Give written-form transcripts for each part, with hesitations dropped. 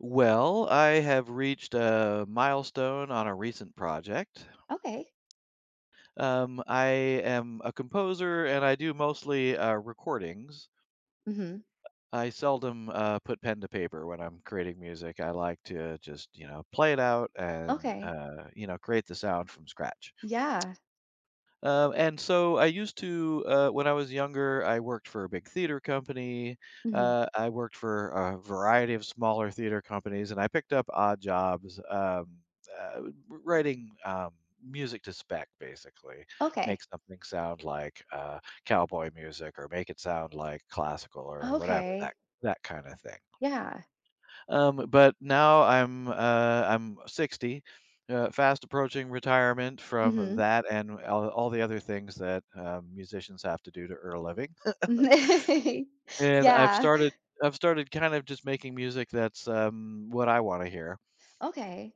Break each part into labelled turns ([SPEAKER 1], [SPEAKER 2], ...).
[SPEAKER 1] Well, I have reached a milestone on a recent project.
[SPEAKER 2] Okay.
[SPEAKER 1] I am a composer and I do mostly recordings.
[SPEAKER 2] Mhm.
[SPEAKER 1] I seldom put pen to paper when I'm creating music. I like to just, you know, play it out and,
[SPEAKER 2] Okay.
[SPEAKER 1] you know, create the sound from scratch.
[SPEAKER 2] Yeah.
[SPEAKER 1] And so I used to, when I was younger, I worked for a big theater company.
[SPEAKER 2] Mhm.
[SPEAKER 1] I worked for a variety of smaller theater companies, and I picked up odd jobs, uh, writing music to spec, basically.
[SPEAKER 2] Okay.
[SPEAKER 1] Make something sound like cowboy music or make it sound like classical or whatever,
[SPEAKER 2] Okay.
[SPEAKER 1] that kind of thing.
[SPEAKER 2] Yeah.
[SPEAKER 1] But now I'm 60, fast approaching retirement from
[SPEAKER 2] Mhm.
[SPEAKER 1] that and all the other things that musicians have to do to earn a living. And
[SPEAKER 2] Yeah.
[SPEAKER 1] I've started kind of just making music that's what I want to hear.
[SPEAKER 2] Okay.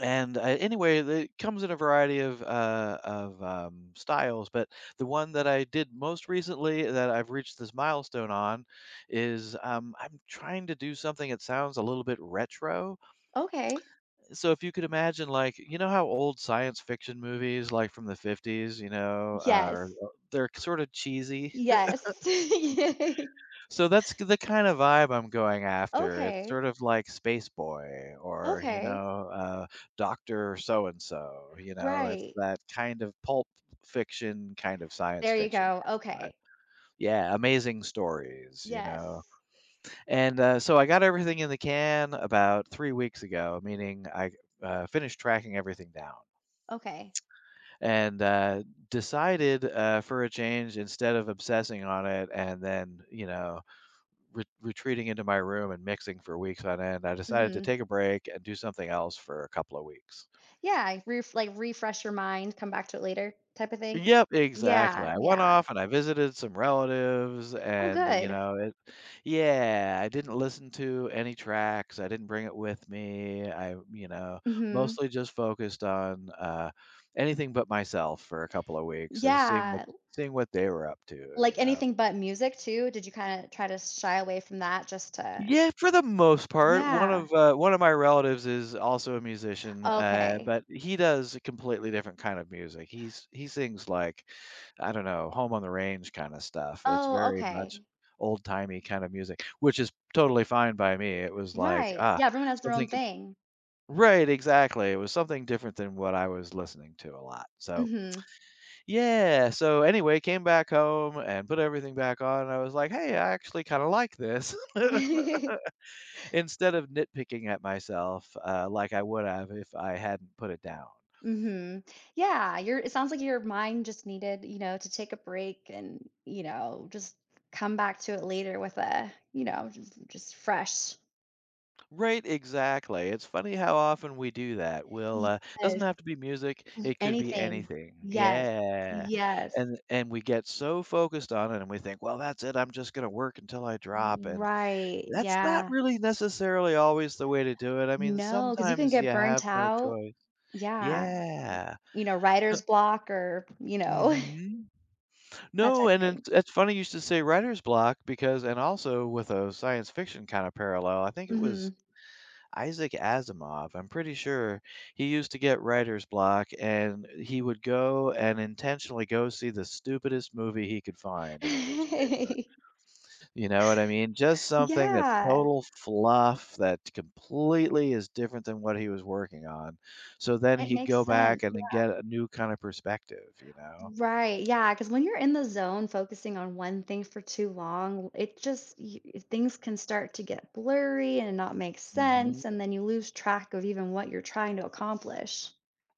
[SPEAKER 1] And anyway, it comes in a variety of styles, but the one that I did most recently that I've reached this milestone on is I'm trying to do something that sounds a little bit retro.
[SPEAKER 2] Okay.
[SPEAKER 1] So if you could imagine, like, you know how old science fiction movies, like from the 50s, you know, are
[SPEAKER 2] Yes.
[SPEAKER 1] they're sort of cheesy?
[SPEAKER 2] Yes. Yay.
[SPEAKER 1] So that's the kind of vibe I'm going after. It's
[SPEAKER 2] Okay.
[SPEAKER 1] sort of like Space Boy or, you
[SPEAKER 2] Okay.
[SPEAKER 1] know, Doctor So and So. You know, it's
[SPEAKER 2] Right.
[SPEAKER 1] that kind of pulp fiction, kind of science
[SPEAKER 2] There you
[SPEAKER 1] fiction
[SPEAKER 2] go.
[SPEAKER 1] kind of vibe.
[SPEAKER 2] Okay.
[SPEAKER 1] Yeah, amazing stories, you know.
[SPEAKER 2] Yes.
[SPEAKER 1] And so I got everything in the can about 3 weeks ago, meaning I finished tracking everything down.
[SPEAKER 2] Okay.
[SPEAKER 1] And decided for a change, instead of obsessing on it and then, you know, retreating into my room and mixing for weeks on end, I decided to
[SPEAKER 2] Mhm.
[SPEAKER 1] take a break and do something else for a couple of weeks.
[SPEAKER 2] Yeah, ref like, refresh your mind, come back to it later type of thing?
[SPEAKER 1] Yep, exactly.
[SPEAKER 2] Yeah,
[SPEAKER 1] I went
[SPEAKER 2] yeah.
[SPEAKER 1] off and I visited some relatives
[SPEAKER 2] Oh,
[SPEAKER 1] and, you
[SPEAKER 2] good.
[SPEAKER 1] know, it yeah, I didn't listen to any tracks. I didn't bring it with me. I, you know,
[SPEAKER 2] Mhm.
[SPEAKER 1] mostly just focused on anything but myself for a couple of weeks, just
[SPEAKER 2] Yeah.
[SPEAKER 1] seeing what they were up to, you
[SPEAKER 2] Like,
[SPEAKER 1] know.
[SPEAKER 2] anything but music too? Did you kinda try to shy away from that just to.
[SPEAKER 1] Yeah, for the most part.
[SPEAKER 2] Yeah.
[SPEAKER 1] One of my relatives is also a musician,
[SPEAKER 2] Okay.
[SPEAKER 1] but he does a completely different kind of music. He sings, like, I don't know, home on the range kind of stuff. It's
[SPEAKER 2] Oh,
[SPEAKER 1] very much
[SPEAKER 2] okay.
[SPEAKER 1] old timey kind of music, which is totally fine by me. It was like
[SPEAKER 2] Right. Yeah, everyone has their own
[SPEAKER 1] something com-
[SPEAKER 2] thing.
[SPEAKER 1] right, exactly. It was something different than what I was listening to a lot. So
[SPEAKER 2] Mhm.
[SPEAKER 1] yeah. So anyway, came back home and put everything back on. And I was like, hey, I actually kind of like this. Instead of nitpicking at myself, like I would have if I hadn't put it down.
[SPEAKER 2] Mhm. Yeah, your it sounds like your mind just needed, to take a break and just come back to it later with just fresh.
[SPEAKER 1] Right, exactly. It's funny how often we do that. We'll Doesn't
[SPEAKER 2] Yes,
[SPEAKER 1] have to be music, it could be
[SPEAKER 2] anything.
[SPEAKER 1] anything.
[SPEAKER 2] Yes.
[SPEAKER 1] Yeah.
[SPEAKER 2] Yes.
[SPEAKER 1] And we get so focused on it and we think, "Well, that's it. I'm just gonna work until I drop." And
[SPEAKER 2] Right,
[SPEAKER 1] that's not
[SPEAKER 2] yeah.
[SPEAKER 1] really necessarily always the way to do it. I mean,
[SPEAKER 2] No, because you can
[SPEAKER 1] sometimes you
[SPEAKER 2] get
[SPEAKER 1] have
[SPEAKER 2] burnt
[SPEAKER 1] no
[SPEAKER 2] out.
[SPEAKER 1] choice.
[SPEAKER 2] Yeah,
[SPEAKER 1] Yeah. Uh,
[SPEAKER 2] writer's block or
[SPEAKER 1] mhm.
[SPEAKER 2] that
[SPEAKER 1] No,
[SPEAKER 2] type of
[SPEAKER 1] and
[SPEAKER 2] thing.
[SPEAKER 1] it's funny you should say writer's block, because and also with a science fiction kind of parallel, I think it was
[SPEAKER 2] Mhm.
[SPEAKER 1] Isaac Asimov. I'm pretty sure he used to get writer's block and he would go and intentionally go see the stupidest movie he could find in the newspaper. You know what I mean? Just something that's
[SPEAKER 2] Yeah,
[SPEAKER 1] total fluff that completely is different than what he was working on. So then
[SPEAKER 2] it
[SPEAKER 1] he'd
[SPEAKER 2] makes
[SPEAKER 1] go back
[SPEAKER 2] sense.
[SPEAKER 1] and then get a new kind of perspective, you know?
[SPEAKER 2] Right. Yeah, because when you're in the zone focusing on one thing for too long, it just y things can start to get blurry and not make
[SPEAKER 1] Mhm.
[SPEAKER 2] sense, and then you lose track of even what you're trying to accomplish.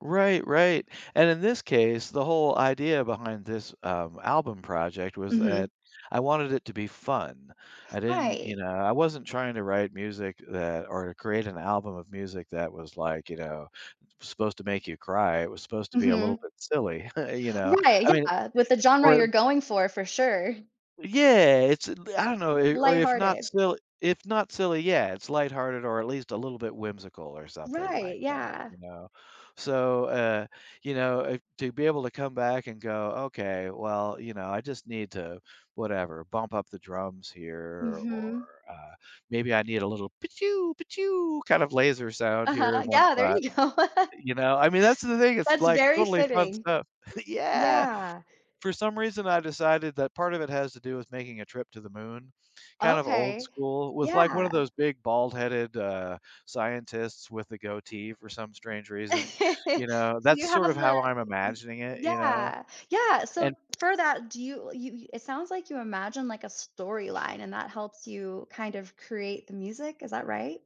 [SPEAKER 1] Right, right. And in this case, the whole idea behind this album project was
[SPEAKER 2] Mhm.
[SPEAKER 1] that I wanted it to be fun. I didn't, you
[SPEAKER 2] Right.
[SPEAKER 1] know, I wasn't trying to write music that or to create an album of music that was like, you know, supposed to make you cry. It was supposed to be a little
[SPEAKER 2] Mhm.
[SPEAKER 1] bit silly, you know.
[SPEAKER 2] Right,
[SPEAKER 1] I mean,
[SPEAKER 2] yeah, with the genre
[SPEAKER 1] or it
[SPEAKER 2] you're going for sure.
[SPEAKER 1] yeah, it's I don't know, I- or
[SPEAKER 2] Lighthearted.
[SPEAKER 1] if not silly, yeah, it's lighthearted, or at least a little bit whimsical or something like
[SPEAKER 2] Right,
[SPEAKER 1] that,
[SPEAKER 2] yeah.
[SPEAKER 1] you know. So, you know, if, to be able to come back and go, okay, well, you know, I just need to whatever bump up the drums here, or
[SPEAKER 2] Mhm.
[SPEAKER 1] uh, maybe I need a little pichu pichu kind of laser sound here in
[SPEAKER 2] Uh-huh,
[SPEAKER 1] one
[SPEAKER 2] yeah, there
[SPEAKER 1] spot.
[SPEAKER 2] you go.
[SPEAKER 1] You know, I mean, that's the thing. It's
[SPEAKER 2] That's
[SPEAKER 1] like
[SPEAKER 2] very
[SPEAKER 1] totally fun
[SPEAKER 2] fitting.
[SPEAKER 1] stuff. Yeah.
[SPEAKER 2] Yeah,
[SPEAKER 1] For some reason, I decided that part of it has to do with making a trip to the moon, kind of old
[SPEAKER 2] okay.
[SPEAKER 1] school, with, like, one of
[SPEAKER 2] Yeah.
[SPEAKER 1] those big bald-headed, scientists with a goatee for some strange reason, you know?
[SPEAKER 2] So
[SPEAKER 1] That's
[SPEAKER 2] you have
[SPEAKER 1] sort of
[SPEAKER 2] the
[SPEAKER 1] how I'm
[SPEAKER 2] y
[SPEAKER 1] imagining it, you know?
[SPEAKER 2] yeah, yeah, so
[SPEAKER 1] And
[SPEAKER 2] for that, do you you it sounds like you imagine, like, a storyline, and that helps you kind of create the music, is that right?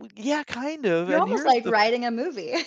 [SPEAKER 1] w yeah, kind of,
[SPEAKER 2] You're
[SPEAKER 1] and
[SPEAKER 2] almost
[SPEAKER 1] here's
[SPEAKER 2] like
[SPEAKER 1] the
[SPEAKER 2] writing a movie.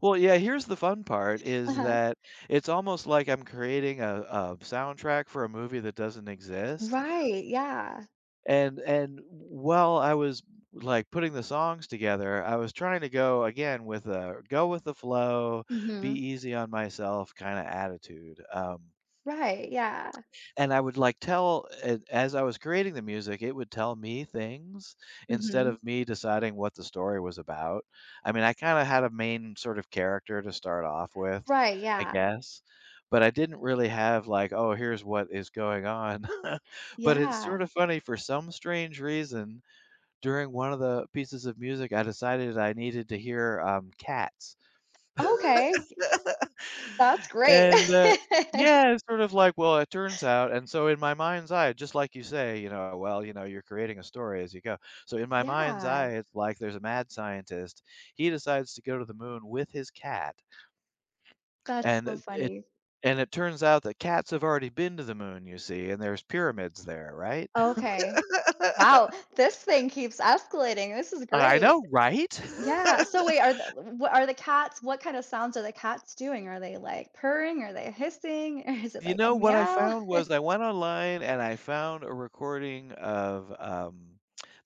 [SPEAKER 1] well, yeah, here's the fun part, is
[SPEAKER 2] Uh-huh.
[SPEAKER 1] that it's almost like I'm creating a soundtrack for a movie that doesn't exist.
[SPEAKER 2] Right, yeah.
[SPEAKER 1] And while I was, like, putting the songs together, I was trying to go again with a go with the flow, be
[SPEAKER 2] Mhm.
[SPEAKER 1] easy on myself kinda attitude,
[SPEAKER 2] Right, yeah.
[SPEAKER 1] and I would, like, tell a as I was creating the music, it would tell me things instead
[SPEAKER 2] Mhm.
[SPEAKER 1] of me deciding what the story was about. I mean, I kinda had a main sort of character to start off with,
[SPEAKER 2] Right,
[SPEAKER 1] I
[SPEAKER 2] yeah.
[SPEAKER 1] guess, but I didn't really have, like, "Oh, here's what is going on." But it's sort
[SPEAKER 2] Yeah.
[SPEAKER 1] of funny for some strange reason, during one of the pieces of music, I decided I needed to hear, Cats.
[SPEAKER 2] Okay. That's great.
[SPEAKER 1] And, yeah, it's sort of like, well, it turns out and so in my mind's eye, just like you say, you know, well, you know, you're creating a story as you go. So in my mind's eye,
[SPEAKER 2] Yeah,
[SPEAKER 1] it's like there's a mad scientist. He decides to go to the moon with his cat,
[SPEAKER 2] that's so
[SPEAKER 1] and it
[SPEAKER 2] funny.
[SPEAKER 1] and it turns out that cats have already been to the moon, you see, and there's pyramids there, right?
[SPEAKER 2] Okay. Wow, this thing keeps escalating. This is
[SPEAKER 1] I
[SPEAKER 2] great.
[SPEAKER 1] know, right?
[SPEAKER 2] Yeah, so wait, are the what kind of sounds are the cats doing? Are they, like, purring? Are they hissing? Or is it
[SPEAKER 1] You
[SPEAKER 2] like a
[SPEAKER 1] know, what I
[SPEAKER 2] meow?
[SPEAKER 1] found was I went online and I found a recording of,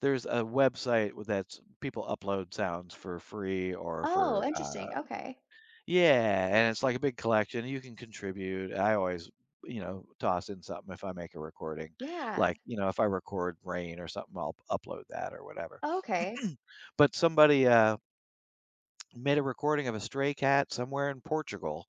[SPEAKER 1] there's a website w that's people upload sounds for free or
[SPEAKER 2] Oh,
[SPEAKER 1] for,
[SPEAKER 2] interesting, okay.
[SPEAKER 1] yeah, and it's like a big collection, you can contribute, I always, you know, toss in something if I make a recording,
[SPEAKER 2] Yeah,
[SPEAKER 1] like, you know, if I record rain or something, I'll upload that or whatever.
[SPEAKER 2] okay.
[SPEAKER 1] But somebody, made a recording of a stray cat somewhere in Portugal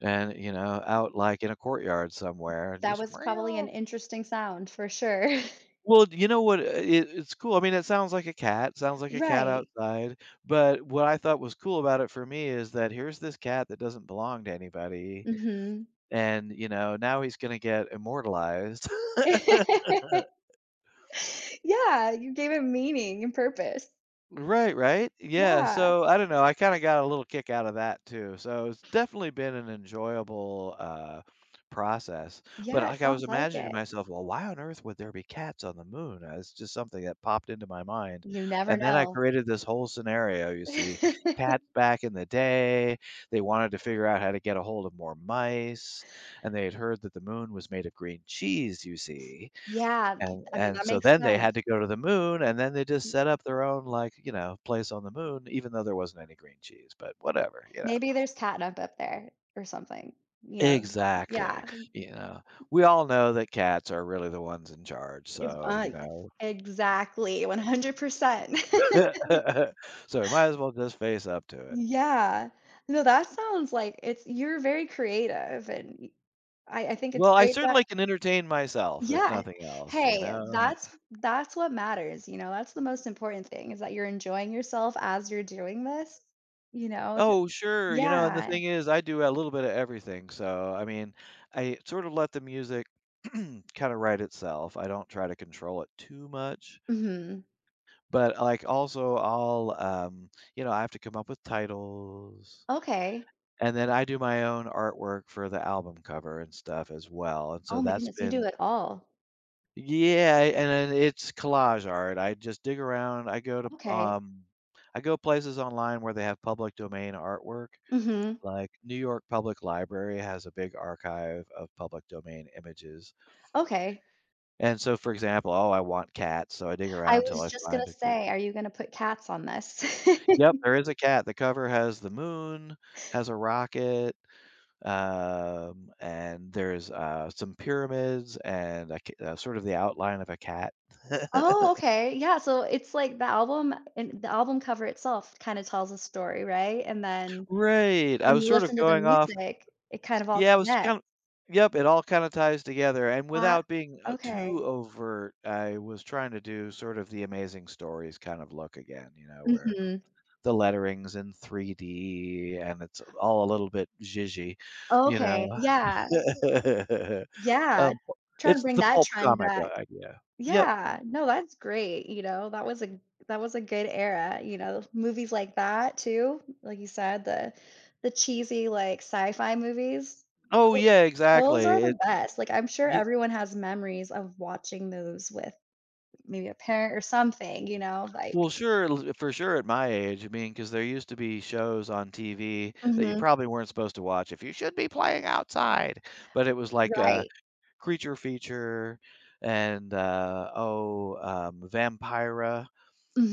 [SPEAKER 1] and, you know, out, like, in a courtyard somewhere, and
[SPEAKER 2] That
[SPEAKER 1] just
[SPEAKER 2] was probably an
[SPEAKER 1] meow.
[SPEAKER 2] interesting sound for sure.
[SPEAKER 1] Well, you know what, it's cool, I mean, it sounds like a cat, sounds like a cat
[SPEAKER 2] Right.
[SPEAKER 1] outside, but what I thought was cool about it for me is that here's this cat that doesn't belong to anybody,
[SPEAKER 2] Mhm.
[SPEAKER 1] and, you know, now he's gonna get immortalized.
[SPEAKER 2] Yeah, you gave it meaning and purpose.
[SPEAKER 1] Right, right? Yeah,
[SPEAKER 2] Yeah.
[SPEAKER 1] so I don't know, I kinda got a little kick out of that too, so it's definitely been an enjoyable, process, but,
[SPEAKER 2] Yeah, it
[SPEAKER 1] like, I was
[SPEAKER 2] sounds like
[SPEAKER 1] imagining
[SPEAKER 2] it.
[SPEAKER 1] myself, "Well, why on earth would there be cats on the moon?" It's just something that popped into my mind,
[SPEAKER 2] You never
[SPEAKER 1] and then I
[SPEAKER 2] know.
[SPEAKER 1] created this whole scenario, you see, cats back in the day, they wanted to figure out how to get a hold of more mice, and they had heard that the moon was made of green cheese, you see,
[SPEAKER 2] Yeah,
[SPEAKER 1] and
[SPEAKER 2] I mean,
[SPEAKER 1] and
[SPEAKER 2] that
[SPEAKER 1] so
[SPEAKER 2] makes
[SPEAKER 1] then they had to
[SPEAKER 2] sense.
[SPEAKER 1] go to the moon, and then they just set up their own, like, you know, place on the moon, even though there wasn't any green cheese, but whatever, you know.
[SPEAKER 2] Maybe there's catnip up there or something, you know? Yeah,
[SPEAKER 1] Exactly, you know, we all know that cats are really the ones in charge,
[SPEAKER 2] if
[SPEAKER 1] so, you know,
[SPEAKER 2] exactly, 100%.
[SPEAKER 1] so we might as well just face up to it.
[SPEAKER 2] Yeah. No, that sounds like it's you're very creative and y I think it's
[SPEAKER 1] Well, I
[SPEAKER 2] great that.
[SPEAKER 1] certainly can entertain myself, if
[SPEAKER 2] Yeah.
[SPEAKER 1] nothing else, you
[SPEAKER 2] Hey,
[SPEAKER 1] know?
[SPEAKER 2] that's what matters, you know? That's the most important thing is that you're enjoying yourself as you're doing this, you know?
[SPEAKER 1] Oh, sure, you know, and the
[SPEAKER 2] Yeah.
[SPEAKER 1] thing is, I do a little bit of everything, so, I mean, I sort of let the music kinda write itself, I don't try to control it too much,
[SPEAKER 2] Mhm.
[SPEAKER 1] but, like, also I'll, you know, I have to come up with titles,
[SPEAKER 2] Okay.
[SPEAKER 1] and then I do my own artwork for the album cover and stuff as well, and so
[SPEAKER 2] Oh my
[SPEAKER 1] that's
[SPEAKER 2] goodness, you do
[SPEAKER 1] been
[SPEAKER 2] it all.
[SPEAKER 1] yeah, and then it's collage art, I just dig around, I go to,
[SPEAKER 2] Okay.
[SPEAKER 1] I go places online where they have public domain artwork,
[SPEAKER 2] Mhm.
[SPEAKER 1] like, New York Public Library has a big archive of public domain images,
[SPEAKER 2] Okay.
[SPEAKER 1] and so, for example, "Oh, I want cats," so I dig
[SPEAKER 2] I
[SPEAKER 1] around until
[SPEAKER 2] was
[SPEAKER 1] I
[SPEAKER 2] just
[SPEAKER 1] find
[SPEAKER 2] gonna
[SPEAKER 1] a good—
[SPEAKER 2] say, are you gonna put cats on this?
[SPEAKER 1] Yep, there is a cat. The cover has the moon, has a rocket, and there's, some pyramids and a ca sort of the outline of a cat.
[SPEAKER 2] Oh, okay. Yeah, so it's like the album and the album cover itself kinda tells a story, right? And then
[SPEAKER 1] Right, I
[SPEAKER 2] when
[SPEAKER 1] was
[SPEAKER 2] you
[SPEAKER 1] sort of
[SPEAKER 2] listen to the
[SPEAKER 1] going off
[SPEAKER 2] music, it kind of all
[SPEAKER 1] yeah, it was kind
[SPEAKER 2] connects.
[SPEAKER 1] of. Yep, it all kinda ties together, and
[SPEAKER 2] That
[SPEAKER 1] without being,
[SPEAKER 2] Okay.
[SPEAKER 1] too overt, I was trying to do sort of the Amazing Stories kind of look again, you know, where
[SPEAKER 2] Mhm.
[SPEAKER 1] the lettering's in 3D and it's all a little bit zhizhy, you know?
[SPEAKER 2] Okay, yeah. Yeah.
[SPEAKER 1] Um,
[SPEAKER 2] Trying to
[SPEAKER 1] it's
[SPEAKER 2] bring
[SPEAKER 1] the
[SPEAKER 2] that
[SPEAKER 1] pulp
[SPEAKER 2] trend
[SPEAKER 1] comic
[SPEAKER 2] back.
[SPEAKER 1] idea. Yep.
[SPEAKER 2] Yeah, no, that's great, that was a good era, movies like that too, like you said, the cheesy, like, sci-fi movies,
[SPEAKER 1] Oh,
[SPEAKER 2] tho
[SPEAKER 1] yeah,
[SPEAKER 2] those are
[SPEAKER 1] exactly. It
[SPEAKER 2] the best, like, I'm sure everyone has memories of watching those with maybe a parent or something, you know,
[SPEAKER 1] Well,
[SPEAKER 2] like
[SPEAKER 1] sure, l for sure at my age, I mean, because there used to be shows on TV that you
[SPEAKER 2] Mhm,
[SPEAKER 1] probably weren't supposed to watch if you should be playing outside, but it was like,
[SPEAKER 2] right,
[SPEAKER 1] Creature Feature and, Vampira,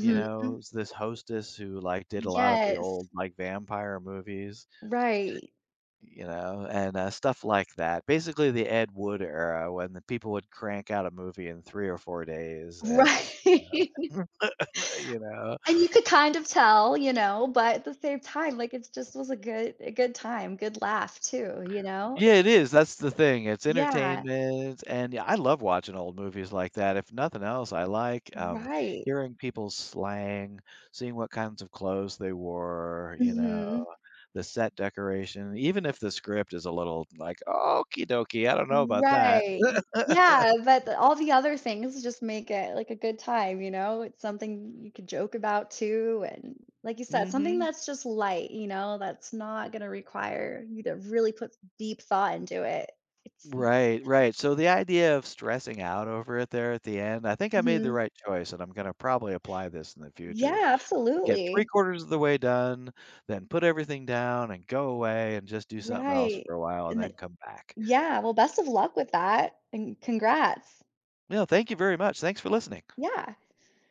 [SPEAKER 1] you know, was this hostess who, like, did a lot of the
[SPEAKER 2] yes,
[SPEAKER 1] old, like, vampire movies,
[SPEAKER 2] right,
[SPEAKER 1] you know, and, stuff like that. Basically, the Ed Wood era when the people would crank out a movie in 3 or 4 days and,
[SPEAKER 2] right.
[SPEAKER 1] you know?
[SPEAKER 2] And you could kind of tell, but at the same time, like, it just was a good time, good laugh too, you know?
[SPEAKER 1] Yeah, it is, that's the thing, it's
[SPEAKER 2] Yeah.
[SPEAKER 1] entertainment, and yeah, I love watching old movies like that, if nothing else, I like,
[SPEAKER 2] Right.
[SPEAKER 1] hearing people's slang, seeing what kinds of clothes they wore, you know,
[SPEAKER 2] Mhm.
[SPEAKER 1] the set decoration, even if the script is a little like, "Okie dokie, I don't know about that."
[SPEAKER 2] Right. Yeah, but the all the other things just make it, like, a good time, you know? It's something you could joke about too, and like you said, something
[SPEAKER 1] Mhm.
[SPEAKER 2] that's just light, that's not gonna require you to really put deep thought into it. It's
[SPEAKER 1] Right, right, so the idea of stressing out over it there at the end, I think I made the
[SPEAKER 2] Mhm.
[SPEAKER 1] right choice, and I'm gonna probably apply this in the future.
[SPEAKER 2] Yeah,
[SPEAKER 1] Get 3
[SPEAKER 2] absolutely.
[SPEAKER 1] quarters of the way done, then put everything down and go away and just do something else
[SPEAKER 2] Right.
[SPEAKER 1] for a while and then
[SPEAKER 2] And
[SPEAKER 1] come back.
[SPEAKER 2] Yeah, well, best of luck with that, and congrats.
[SPEAKER 1] No, thank you very much. Thanks for listening.
[SPEAKER 2] Yeah.